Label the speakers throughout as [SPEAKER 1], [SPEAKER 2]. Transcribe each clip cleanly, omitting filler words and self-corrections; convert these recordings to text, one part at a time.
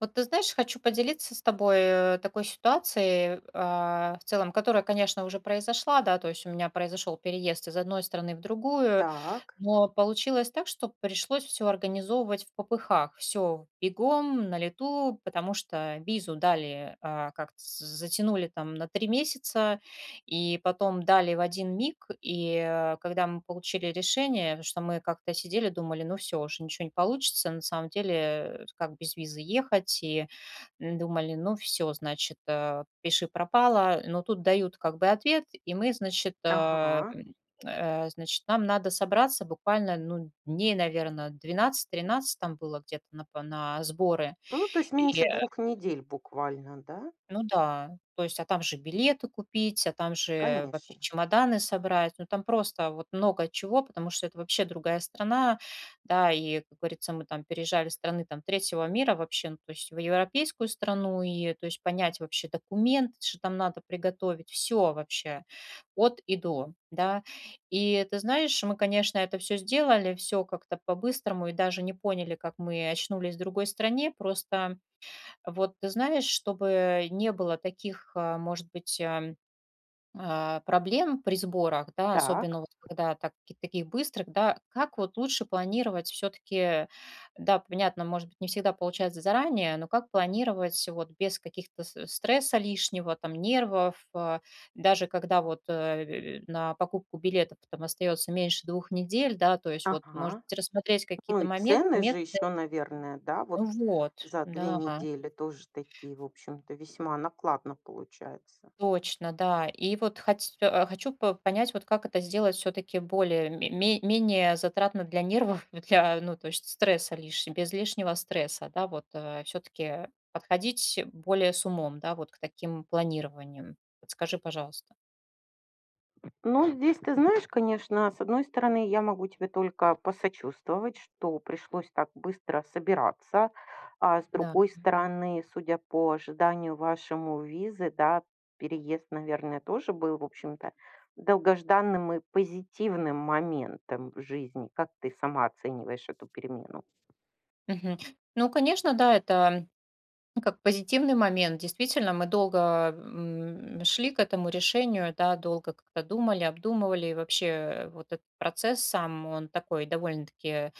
[SPEAKER 1] Вот ты знаешь, хочу поделиться с тобой такой ситуацией, в целом, которая, конечно, уже произошла, да, то есть у меня произошел переезд из одной страны в другую,
[SPEAKER 2] Так,
[SPEAKER 1] но получилось так, что пришлось все организовывать в попыхах, все бегом, на лету, потому что визу дали, как-то затянули там на 3 месяца, и потом дали в один миг, и, когда мы получили решение, потому что мы как-то сидели, думали, ну все, уже ничего не получится, на самом деле, как без визы ехать, и думали, ну все, значит, пиши пропало, но тут дают как бы ответ, и мы, значит,
[SPEAKER 2] ага.
[SPEAKER 1] значит, нам надо собраться буквально, ну, дней, наверное, 12-13 там было где-то на сборы,
[SPEAKER 2] Ну, то есть
[SPEAKER 1] и
[SPEAKER 2] меньше 2 недель буквально, да?
[SPEAKER 1] ну да, то есть, а там же билеты купить, а там же
[SPEAKER 2] Конечно.
[SPEAKER 1] вообще чемоданы собрать. Ну, там просто вот много чего, потому что это вообще другая страна, да, и, как говорится, мы там переезжали из страны там третьего мира вообще, ну, то есть в европейскую страну, и то есть понять вообще документы, что там надо приготовить, все вообще от и до, да. И ты знаешь, мы, конечно, это все сделали, все как-то по-быстрому, и даже не поняли, как мы очнулись в другой стране, просто вот ты знаешь, чтобы не было таких, а, может быть, ам, а, проблем при сборах, да,
[SPEAKER 2] Так,
[SPEAKER 1] особенно вот когда так, таких быстрых, да, как вот лучше планировать все-таки, да, понятно, может быть, не всегда получается заранее, но как планировать вот без каких-то стресса лишнего, там, нервов, даже когда вот на покупку билетов там остается меньше 2 недель, да, то есть вот,
[SPEAKER 2] ага.
[SPEAKER 1] может быть, рассмотреть
[SPEAKER 2] Ну
[SPEAKER 1] какие-то
[SPEAKER 2] и
[SPEAKER 1] моменты,
[SPEAKER 2] цены же
[SPEAKER 1] методы,
[SPEAKER 2] еще, наверное, да,
[SPEAKER 1] ну
[SPEAKER 2] вот
[SPEAKER 1] вот,
[SPEAKER 2] за две
[SPEAKER 1] да.
[SPEAKER 2] недели тоже такие, в общем-то, весьма накладно получается.
[SPEAKER 1] Точно, да. И вот хоть, хочу по понять, вот как это сделать все-таки более ме ме менее затратно для нервов, для, ну, то есть стресса лиш без лишнего стресса, да, вот, все-таки подходить более с умом, да, вот к таким планированиям. Подскажи, пожалуйста.
[SPEAKER 2] Ну, здесь ты знаешь, конечно, с одной стороны, я могу тебе только посочувствовать, что пришлось так быстро собираться. А с
[SPEAKER 1] Да.
[SPEAKER 2] другой стороны, судя по ожиданию вашему визы, да, переезд, наверное, тоже был, в общем-то, долгожданным и позитивным моментом в жизни. Как ты сама оцениваешь эту перемену?
[SPEAKER 1] Мгм. Ну, конечно, да, ну, как позитивный момент. Действительно, мы долго, шли к этому решению, да, долго как-то думали, обдумывали. И вообще, вот этот процесс сам, он такой довольно-таки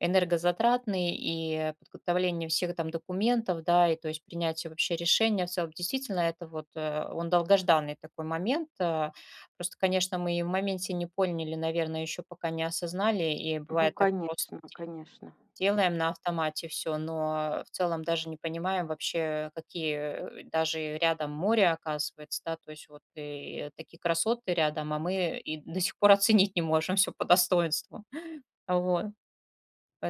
[SPEAKER 1] энергозатратный, и подготовление всех там документов, да, и то есть принятие вообще решения в целом. Действительно, это вот, он долгожданный такой момент. Просто, конечно, мы и в моменте не поняли, наверное, еще пока не осознали, и
[SPEAKER 2] Ну,
[SPEAKER 1] бывает так просто
[SPEAKER 2] конечно, конечно.
[SPEAKER 1] делаем на автомате все, но в целом даже не понимаем вообще, какие даже рядом море оказывается, да, то есть вот и такие красоты рядом, а мы и до сих пор оценить не можем все по достоинству. Вот,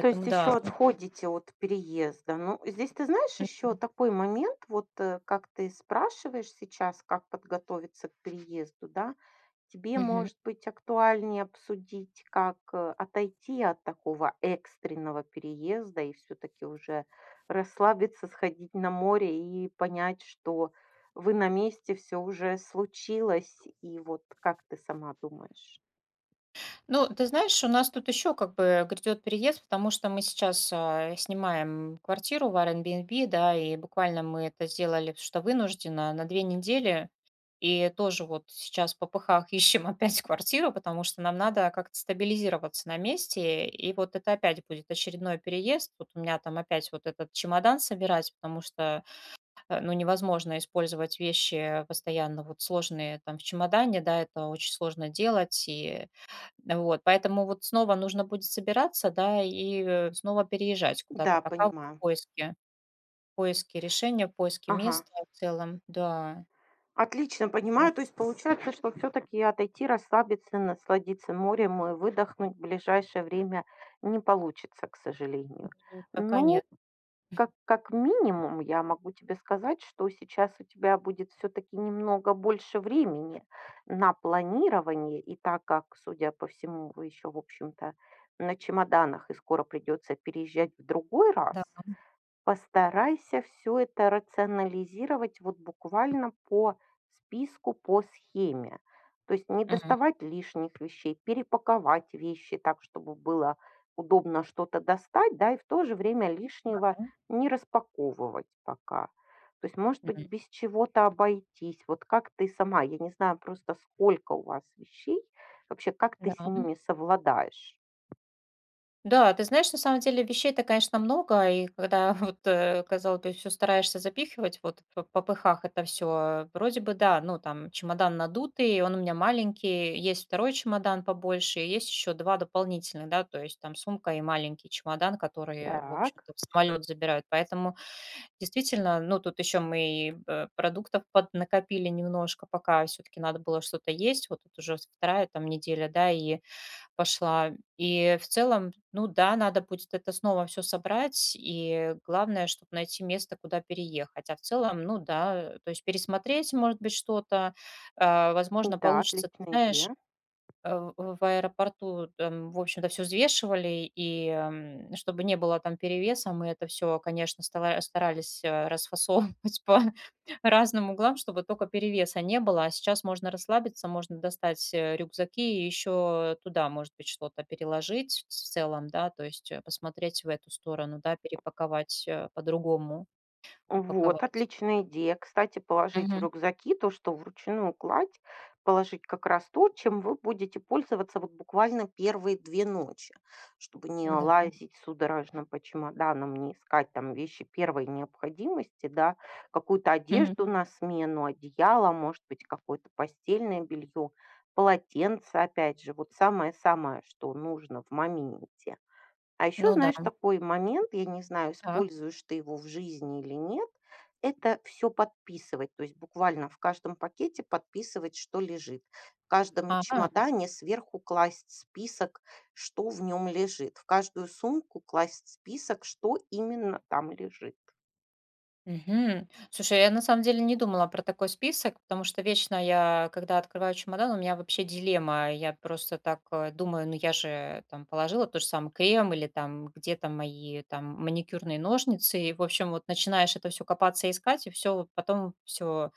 [SPEAKER 2] То есть
[SPEAKER 1] да.
[SPEAKER 2] еще отходите от переезда. Ну, здесь ты знаешь еще такой момент, вот как ты спрашиваешь сейчас, как подготовиться к переезду, да, тебе
[SPEAKER 1] М, мгм.
[SPEAKER 2] может быть актуальнее обсудить, как отойти от такого экстренного переезда и все-таки уже расслабиться, сходить на море и понять, что вы на месте, все уже случилось, и вот как ты сама думаешь?
[SPEAKER 1] Ну, ты знаешь, у нас тут еще как бы грядет переезд, потому что мы сейчас, снимаем квартиру в Airbnb, да, и буквально мы это сделали, потому что вынужденно, на 2 недели. И тоже вот сейчас в попыхах ищем опять квартиру, потому что нам надо как-то стабилизироваться на месте. И вот это опять будет очередной переезд. Вот у меня там опять вот этот чемодан собирать, потому что, ну, невозможно использовать вещи постоянно вот сложные там в чемодане, да, это очень сложно делать. И вот, поэтому вот снова нужно будет собираться, да, и снова переезжать куда-то,
[SPEAKER 2] Да,
[SPEAKER 1] пока вот
[SPEAKER 2] понимаю.
[SPEAKER 1] в поиске решения, в поиске
[SPEAKER 2] Ага.
[SPEAKER 1] места в целом, да.
[SPEAKER 2] Отлично
[SPEAKER 1] Вот,
[SPEAKER 2] понимаю. То есть получается, что все таки отойти, расслабиться, насладиться морем и выдохнуть в ближайшее время не получится, к сожалению.
[SPEAKER 1] пока
[SPEAKER 2] Ну,
[SPEAKER 1] нет,
[SPEAKER 2] как минимум, я могу тебе сказать, что сейчас у тебя будет все таки немного больше времени на планирование. И так как, судя по всему, вы еще, в общем-то, на чемоданах и скоро придется переезжать в другой раз,
[SPEAKER 1] да.
[SPEAKER 2] постарайся все это рационализировать вот буквально по списку, по схеме. То есть не
[SPEAKER 1] Мгм.
[SPEAKER 2] доставать лишних вещей, перепаковать вещи так, чтобы было удобно что-то достать, да, и в то же время лишнего
[SPEAKER 1] Да.
[SPEAKER 2] не распаковывать пока. То есть, может быть,
[SPEAKER 1] Мгм.
[SPEAKER 2] без чего-то обойтись. Вот как ты сама, я не знаю просто, сколько у вас вещей, вообще как ты
[SPEAKER 1] Да.
[SPEAKER 2] с ними совладаешь?
[SPEAKER 1] Да, ты знаешь, на самом деле вещей-то, конечно, много, и когда вот, казалось бы, всё стараешься запихивать, вот по пыхах это все вроде бы да, ну, там чемодан надутый, он у меня маленький, есть второй чемодан побольше, и есть еще 2 дополнительных, да, то есть там сумка и маленький чемодан, которые, в
[SPEAKER 2] Так.
[SPEAKER 1] общем-то, в самолет забирают. Поэтому действительно, ну, тут еще мы и, продуктов поднакопили немножко, пока все-таки надо было что-то есть. Вот тут уже вторая там неделя, да, и пошла. И в целом, ну да, надо будет это снова все собрать, и главное, чтобы найти место, куда переехать. А в целом, ну да, то есть пересмотреть, может быть, что-то, возможно,
[SPEAKER 2] Да,
[SPEAKER 1] получится, ты
[SPEAKER 2] отличная
[SPEAKER 1] знаешь
[SPEAKER 2] идея.
[SPEAKER 1] в аэропорту там, в общем-то, все взвешивали, и, чтобы не было там перевеса, мы это все, конечно, стала старались, расфасовывать по разным углам, чтобы только перевеса не было. А сейчас можно расслабиться, можно достать, рюкзаки и еще туда, может быть, что-то переложить в целом, да, то есть, посмотреть в эту сторону, да, перепаковать, по-другому,
[SPEAKER 2] Вот,
[SPEAKER 1] упаковать.
[SPEAKER 2] отличная идея. Кстати, положить в
[SPEAKER 1] Мгм.
[SPEAKER 2] рюкзаки то, что вручную кладь, положить как раз то, чем вы будете пользоваться вот буквально первые 2 ночи, чтобы не
[SPEAKER 1] Да.
[SPEAKER 2] лазить судорожно по чемоданам, не искать там вещи первой необходимости, да, какую-то
[SPEAKER 1] Мгм.
[SPEAKER 2] одежду на смену, одеяло, может быть, какое-то постельное белье, полотенце, опять же, вот самое-самое, что нужно в моменте. А еще,
[SPEAKER 1] Ну да.
[SPEAKER 2] знаешь, такой момент, я не знаю,
[SPEAKER 1] Так.
[SPEAKER 2] используешь ты его в жизни или нет, это все подписывать, то есть буквально в каждом пакете подписывать, что лежит. В каждом
[SPEAKER 1] Ага.
[SPEAKER 2] чемодане сверху класть список, что в нем лежит. В каждую сумку класть список, что именно там лежит.
[SPEAKER 1] Мгм. Слушай, я на самом деле не думала про такой список, потому что вечно я, когда открываю чемодан, у меня вообще дилемма. Я просто так думаю, ну я же там положила тот же самый крем или там где там мои там маникюрные ножницы. И, в общем, вот начинаешь это все копаться, искать, и все, потом все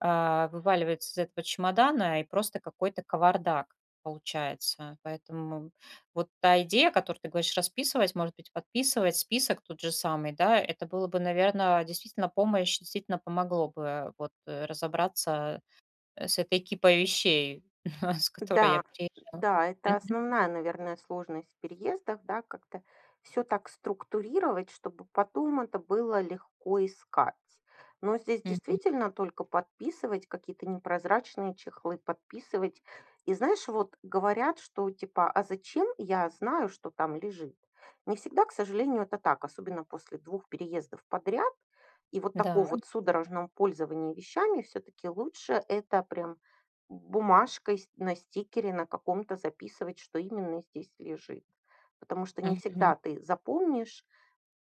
[SPEAKER 1] вываливается из этого чемодана, и просто какой-то кавардак получается. Поэтому вот та идея, которую ты говоришь, расписывать, может быть, подписывать список тот же самый, да, это было бы, наверное, действительно помощь, действительно помогло бы вот разобраться с этой кипой вещей, с которой я
[SPEAKER 2] Да,
[SPEAKER 1] приезжала.
[SPEAKER 2] да, это
[SPEAKER 1] Мгм.
[SPEAKER 2] основная, наверное, сложность в переездах, да, как-то все так структурировать, чтобы потом это было легко искать. Но здесь
[SPEAKER 1] Мгм.
[SPEAKER 2] действительно только подписывать какие-то непрозрачные чехлы, подписывать. И знаешь, вот говорят, что типа, а зачем я знаю, что там лежит? Не всегда, к сожалению, это так, особенно после двух переездов подряд. И вот
[SPEAKER 1] Да.
[SPEAKER 2] такого вот судорожного пользования вещами все-таки лучше это прям бумажкой, на стикере, на каком-то записывать, что именно здесь лежит. Потому что не
[SPEAKER 1] Мгм.
[SPEAKER 2] всегда ты запомнишь,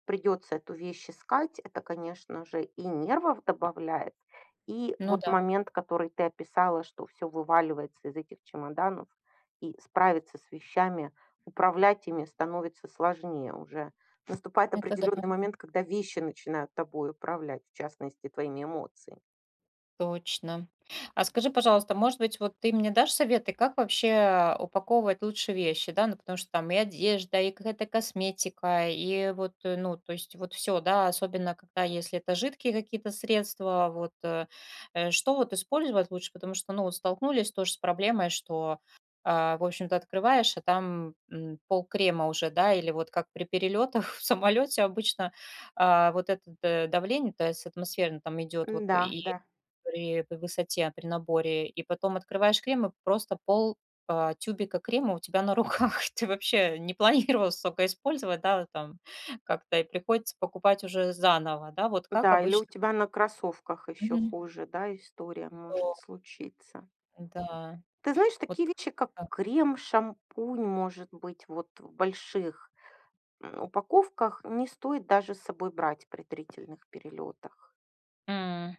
[SPEAKER 2] придется эту вещь искать. Это, конечно же, и нервов добавляет. И
[SPEAKER 1] Ну
[SPEAKER 2] вот
[SPEAKER 1] да,
[SPEAKER 2] момент, который ты описала, что все вываливается из этих чемоданов, и справиться с вещами, управлять ими становится сложнее уже. Наступает
[SPEAKER 1] это да.
[SPEAKER 2] определенный момент, когда вещи начинают тобой управлять, в частности, твоими эмоциями.
[SPEAKER 1] Точно. А скажи, пожалуйста, может быть, вот ты мне дашь советы, как вообще упаковывать лучше вещи, да, ну, потому что там и одежда, и какая-то косметика, и вот, ну, то есть вот все, да, особенно когда, если это жидкие какие-то средства, вот, что вот использовать лучше, потому что, ну, вот столкнулись тоже с проблемой, что, в общем-то, открываешь, а там пол крема уже, да, или вот как при перелетах в самолете обычно вот это давление, то есть атмосферно там идет, вот,
[SPEAKER 2] Да,
[SPEAKER 1] и
[SPEAKER 2] да.
[SPEAKER 1] при высоте, при наборе, и потом открываешь крем, и просто пол, тюбика крема у тебя на руках. Ты вообще не планировал столько использовать, да, там как-то, и приходится покупать уже заново, да, вот как
[SPEAKER 2] Да, или у
[SPEAKER 1] обычно.
[SPEAKER 2] тебя на кроссовках еще
[SPEAKER 1] Мгм.
[SPEAKER 2] хуже, да, история может
[SPEAKER 1] Вот,
[SPEAKER 2] случиться.
[SPEAKER 1] да,
[SPEAKER 2] Ты знаешь,
[SPEAKER 1] вот
[SPEAKER 2] такие вещи, как
[SPEAKER 1] как.
[SPEAKER 2] крем, шампунь, может быть, вот в больших упаковках не стоит даже с собой брать при длительных перелетах.
[SPEAKER 1] М,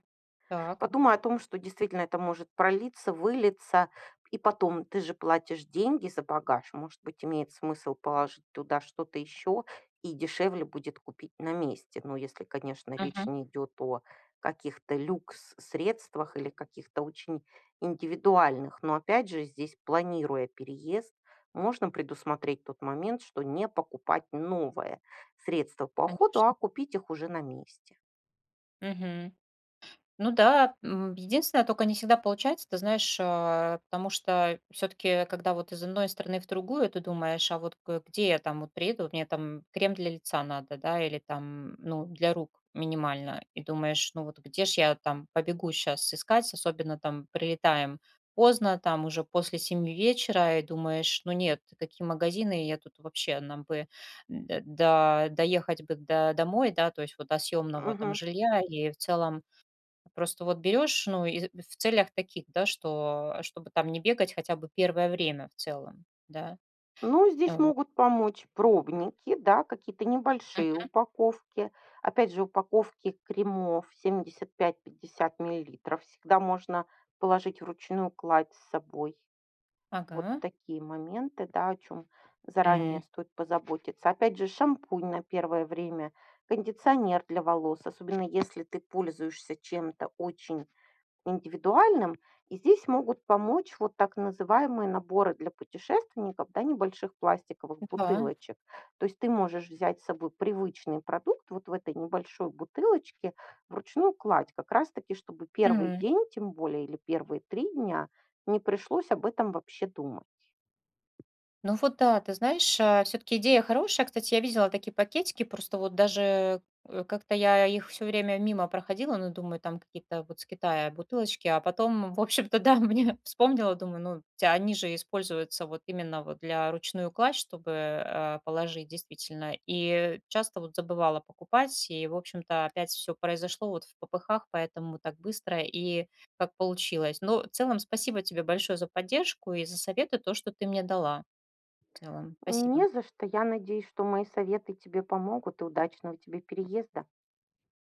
[SPEAKER 1] так.
[SPEAKER 2] Подумай о том, что действительно это может пролиться, вылиться. И потом, ты же платишь деньги за багаж. Может быть, имеет смысл положить туда что-то еще и дешевле будет купить на месте. Ну, если, конечно, речь
[SPEAKER 1] Мгм.
[SPEAKER 2] не идет о каких-то люкс-средствах или каких-то очень индивидуальных. Но опять же, здесь, планируя переезд, можно предусмотреть тот момент, что не покупать новое средство по уходу, а
[SPEAKER 1] Конечно.
[SPEAKER 2] купить их уже на месте.
[SPEAKER 1] Мгм. Ну да, единственное, только не всегда получается, ты знаешь, потому что все таки когда вот из одной страны в другую, ты думаешь: «А вот г где я там вот приеду? Вот мне там крем для лица надо, да, или там, ну, для рук минимально». И думаешь: «Ну вот где ж я там побегу сейчас искать?» Особенно там прилетаем поздно, там уже после 7 вечера, и думаешь: «Ну нет, какие магазины? Я тут вообще нам бы д до доехать бы до домой, да, то есть вот до съемного там
[SPEAKER 2] Мгм.
[SPEAKER 1] жилья». И в целом просто вот берешь, ну, и в целях таких, да, что, чтобы там не бегать хотя бы первое время в целом, да.
[SPEAKER 2] Ну, здесь
[SPEAKER 1] Во
[SPEAKER 2] могут помочь пробники, да, какие-то небольшие
[SPEAKER 1] мгм.
[SPEAKER 2] упаковки. Опять же, упаковки кремов 75/50 мл всегда можно положить вручную кладь с собой. Вот
[SPEAKER 1] Ага.
[SPEAKER 2] такие моменты, да, о чем заранее
[SPEAKER 1] М,
[SPEAKER 2] стоит позаботиться. Опять же, шампунь на первое время, кондиционер для волос, особенно если ты пользуешься чем-то очень индивидуальным. И здесь могут помочь вот так называемые наборы для путешественников, да, небольших пластиковых
[SPEAKER 1] да.
[SPEAKER 2] бутылочек. То есть ты можешь взять с собой привычный продукт вот в этой небольшой бутылочке, вручную кладь, как раз-таки, чтобы первый
[SPEAKER 1] М.
[SPEAKER 2] день, тем более, или первые 3 дня не пришлось об этом вообще думать.
[SPEAKER 1] Ну вот да, ты знаешь, все таки идея хорошая. Кстати, я видела такие пакетики, просто вот даже, как-то я их все время мимо проходила, ну, думаю, там какие-то вот с Китая бутылочки, а потом, в общем-то, да, мне вспомнила, думаю, ну, те они же используются вот именно вот для ручную кладь, чтобы, положить действительно. И часто вот забывала покупать, и, в общем-то, опять все произошло вот в попыхах, поэтому так быстро и как получилось. Но в целом спасибо тебе большое за поддержку и за советы, то, что ты мне дала. В целом.
[SPEAKER 2] Не
[SPEAKER 1] Спасибо.
[SPEAKER 2] за что. Я надеюсь, что мои советы тебе помогут и удачного тебе переезда.